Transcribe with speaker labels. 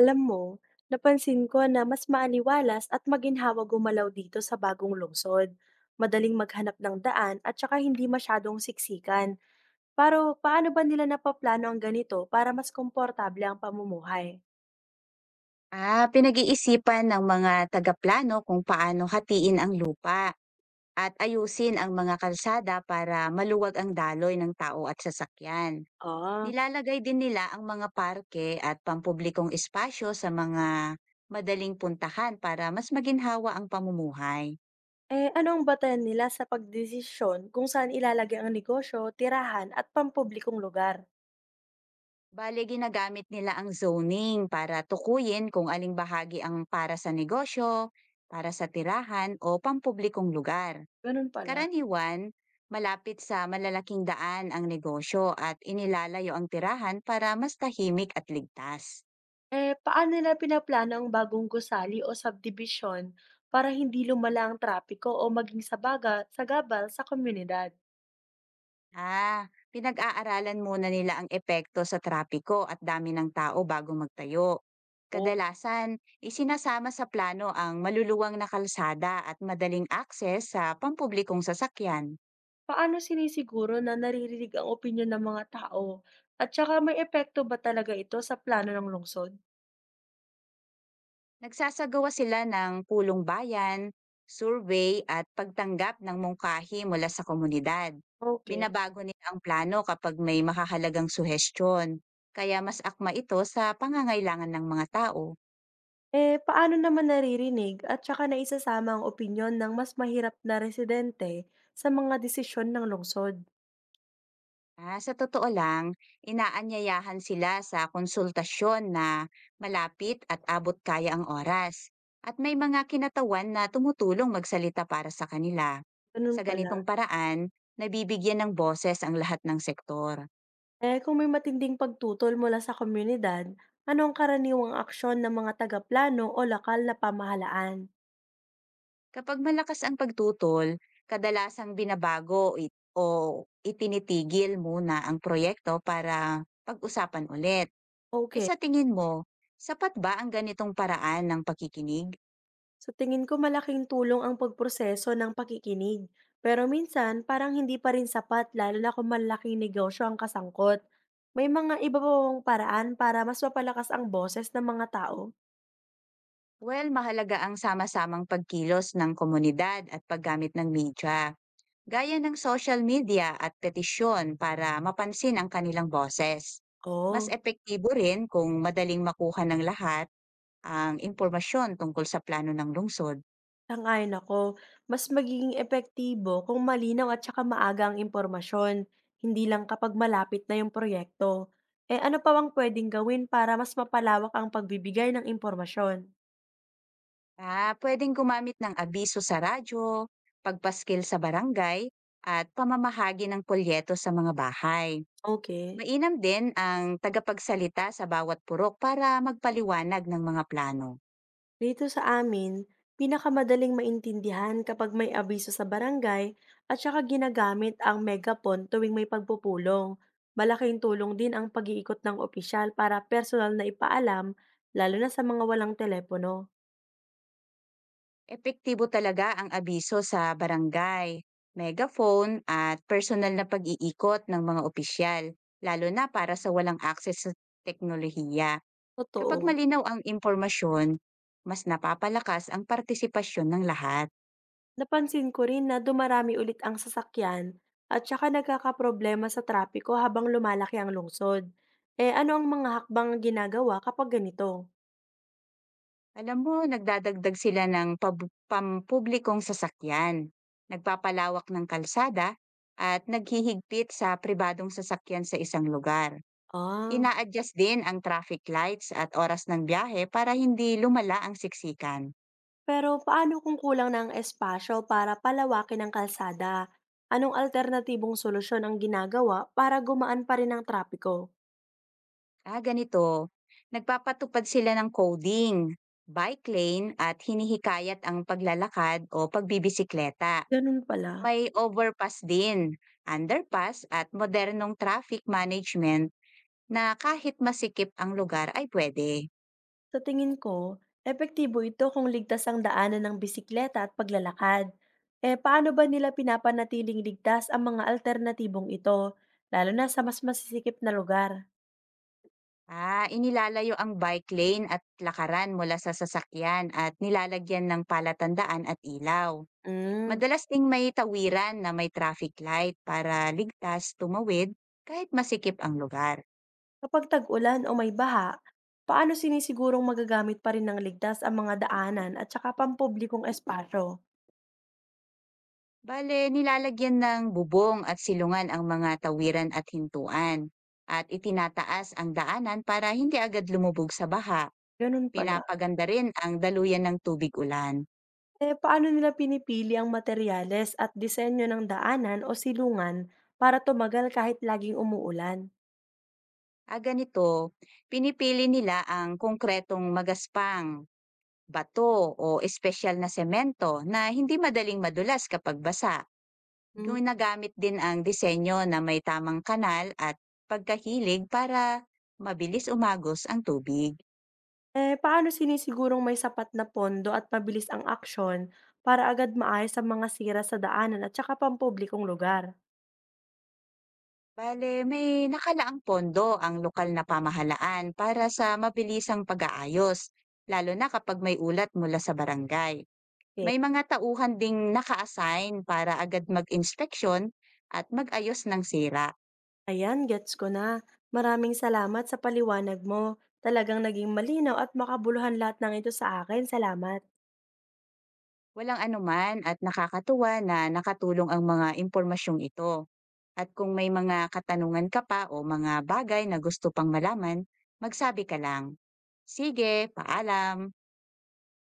Speaker 1: Alam mo, napansin ko na mas maaliwalas at maginhawa gumalaw dito sa bagong lungsod. Madaling maghanap ng daan at saka hindi masyadong siksikan. Pero paano ba nila napaplano ang ganito para mas komportable ang pamumuhay?
Speaker 2: Pinag-iisipan ng mga tagaplano kung paano hatiin ang lupa at ayusin ang mga kalsada para maluwag ang daloy ng tao at sasakyan.
Speaker 1: Ah,
Speaker 2: Nilalagay din nila ang mga parke at pampublikong espasyo sa mga madaling puntahan para mas maginhawa ang pamumuhay.
Speaker 1: eh ano ang batayan nila sa pagdesisyon kung saan ilalagay ang negosyo, tirahan at pampublikong lugar?
Speaker 2: Bale, ginagamit nila ang zoning para tukuyin kung aling bahagi ang para sa negosyo, para sa tirahan o pampublikong lugar.
Speaker 1: Ganun pala.
Speaker 2: Karaniwan, malapit sa malalaking daan ang negosyo at inilalayo ang tirahan para mas tahimik at ligtas.
Speaker 1: Eh, paano nila pinaplano ang bagong gusali o subdivision para hindi lumala ang trapiko o maging sagabal sa komunidad?
Speaker 2: Ah, Pinag-aaralan muna nila ang epekto sa trapiko at dami ng tao bago magtayo.
Speaker 1: O,
Speaker 2: Kadalasan, isinasama sa plano ang maluluwang na kalsada at madaling akses sa pampublikong sasakyan.
Speaker 1: paano sinisiguro na naririnig ang opinyon ng mga tao? At saka may epekto ba talaga ito sa plano ng lungsod?
Speaker 2: Nagsasagawa sila ng pulong bayan, survey at pagtanggap ng mungkahi mula sa komunidad.
Speaker 1: Okay.
Speaker 2: Binabago nila ang plano kapag may makahalagang suhestyon, kaya mas akma ito sa pangangailangan ng mga tao.
Speaker 1: Eh, paano naman naririnig at saka naisasama ang opinyon ng mas mahirap na residente sa mga desisyon ng lungsod?
Speaker 2: Sa totoo lang, inaanyayahan sila sa konsultasyon na malapit at abot kaya ang oras. At may mga kinatawan na tumutulong magsalita para sa kanila.
Speaker 1: Ganun
Speaker 2: Sa
Speaker 1: pala.
Speaker 2: ganitong paraan, nabibigyan ng boses ang lahat ng sektor.
Speaker 1: Eh, kung may matinding pagtutol mula sa komunidad, ano ang karaniwang aksyon ng mga tagaplano o lokal na pamahalaan?
Speaker 2: Kapag malakas ang pagtutol, kadalasang binabago it o itinitigil muna ang proyekto para pag-usapan ulit. E
Speaker 1: Okay,
Speaker 2: sa tingin mo, sapat ba ang ganitong paraan ng pakikinig?
Speaker 1: sa tingin ko malaking tulong ang pagproseso ng pakikinig. Pero minsan, parang hindi pa rin sapat lalo na kung malaking negosyo ang kasangkot. May mga iba pa bang paraan para mas mapalakas ang boses ng mga tao?
Speaker 2: Well, mahalaga ang sama-samang pagkilos ng komunidad at paggamit ng media, gaya ng social media at petisyon para mapansin ang kanilang boses. Mas
Speaker 1: Oo.
Speaker 2: epektibo rin kung madaling makuha ng lahat ang impormasyon tungkol sa plano ng lungsod.
Speaker 1: sang Ako, mas magiging epektibo kung malinaw at saka maaga ang impormasyon, hindi lang kapag malapit na yung proyekto. Eh ano pa bang pwedeng gawin para mas mapalawak ang pagbibigay ng impormasyon?
Speaker 2: Pwedeng gumamit ng abiso sa radyo, pagpaskil sa barangay, at pamamahagi ng polyeto sa mga bahay.
Speaker 1: Okay.
Speaker 2: Mainam din ang tagapagsalita sa bawat purok para magpaliwanag ng mga plano.
Speaker 1: Dito sa amin, pinakamadaling maintindihan kapag may abiso sa barangay at saka ginagamit ang megaphone tuwing may pagpupulong. Malaking tulong din ang pag-iikot ng opisyal para personal na ipaalam, lalo na sa mga walang telepono.
Speaker 2: Epektibo talaga ang abiso sa barangay, megaphone at personal na pag-iikot ng mga opisyal, lalo na para sa walang akses sa teknolohiya. Kapag
Speaker 1: Totoo.
Speaker 2: malinaw ang impormasyon, mas napapalakas ang partisipasyon ng lahat.
Speaker 1: Napansin ko rin na dumarami ulit ang sasakyan at saka nagkakaproblema sa trapiko habang lumalaki ang lungsod. Eh ano ang mga hakbang ginagawa kapag ganito?
Speaker 2: Alam mo, nagdadagdag sila ng pampublikong sasakyan, nagpapalawak ng kalsada, at naghihigpit sa pribadong sasakyan sa isang lugar.
Speaker 1: Ah,
Speaker 2: Ina-adjust din ang traffic lights at oras ng biyahe para hindi lumala ang siksikan.
Speaker 1: pero paano kung kulang ng espasyo para palawakin ang kalsada? Anong alternatibong solusyon ang ginagawa para gumaan pa rin ang trapiko?
Speaker 2: Ganito, nagpapatupad sila ng coding, bike lane at hinihikayat ang paglalakad o pagbibisikleta.
Speaker 1: Ganun pala.
Speaker 2: May overpass din, underpass at modernong traffic management na kahit masikip ang lugar ay pwede.
Speaker 1: Sa tingin ko, epektibo ito kung ligtas ang daanan ng bisikleta at paglalakad. Eh paano ba nila pinapanatiling ligtas ang mga alternatibong ito, lalo na sa mas masisikip na lugar?
Speaker 2: Inilalayo ang bike lane at lakaran mula sa sasakyan at nilalagyan ng palatandaan at ilaw.
Speaker 1: Mm.
Speaker 2: Madalas ding may tawiran na may traffic light para ligtas tumawid kahit masikip ang lugar.
Speaker 1: Kapag tag-ulan o may baha, paano sinisigurong magagamit pa rin ng ligtas ang mga daanan at saka pampublikong espasyo?
Speaker 2: Bale, nilalagyan ng bubong at silungan ang mga tawiran at hintuan at itinataas ang daanan para hindi agad lumubog sa baha.
Speaker 1: Ganun pala.
Speaker 2: Pinapaganda rin ang daluyan ng tubig ulan.
Speaker 1: Eh paano nila pinipili ang materyales at disenyo ng daanan o silungan para tumagal kahit laging umuulan?
Speaker 2: Ganito, pinipili nila ang konkretong magaspang, bato o espesyal na semento na hindi madaling madulas kapag basa. Ginagamit din ang disenyo na may tamang kanal at pagkahilig para mabilis umagos ang tubig.
Speaker 1: Eh, paano sinisigurong may sapat na pondo at mabilis ang aksyon para agad maayos ang mga sira sa daanan at saka pampublikong lugar?
Speaker 2: Bale, may nakalaang pondo ang lokal na pamahalaan para sa mabilisang pag-aayos, lalo na kapag may ulat mula sa barangay.
Speaker 1: Okay.
Speaker 2: May mga tauhan ding naka-assign para agad mag-inspeksyon at mag-ayos ng sira.
Speaker 1: Ayan, gets ko na. Maraming salamat sa paliwanag mo. Talagang naging malinaw at makabuluhan lahat ng ito sa akin. Salamat.
Speaker 2: Walang anuman, at nakakatuwa na nakatulong ang mga impormasyong ito. At kung may mga katanungan ka pa o mga bagay na gusto pang malaman, magsabi ka lang. Sige, paalam!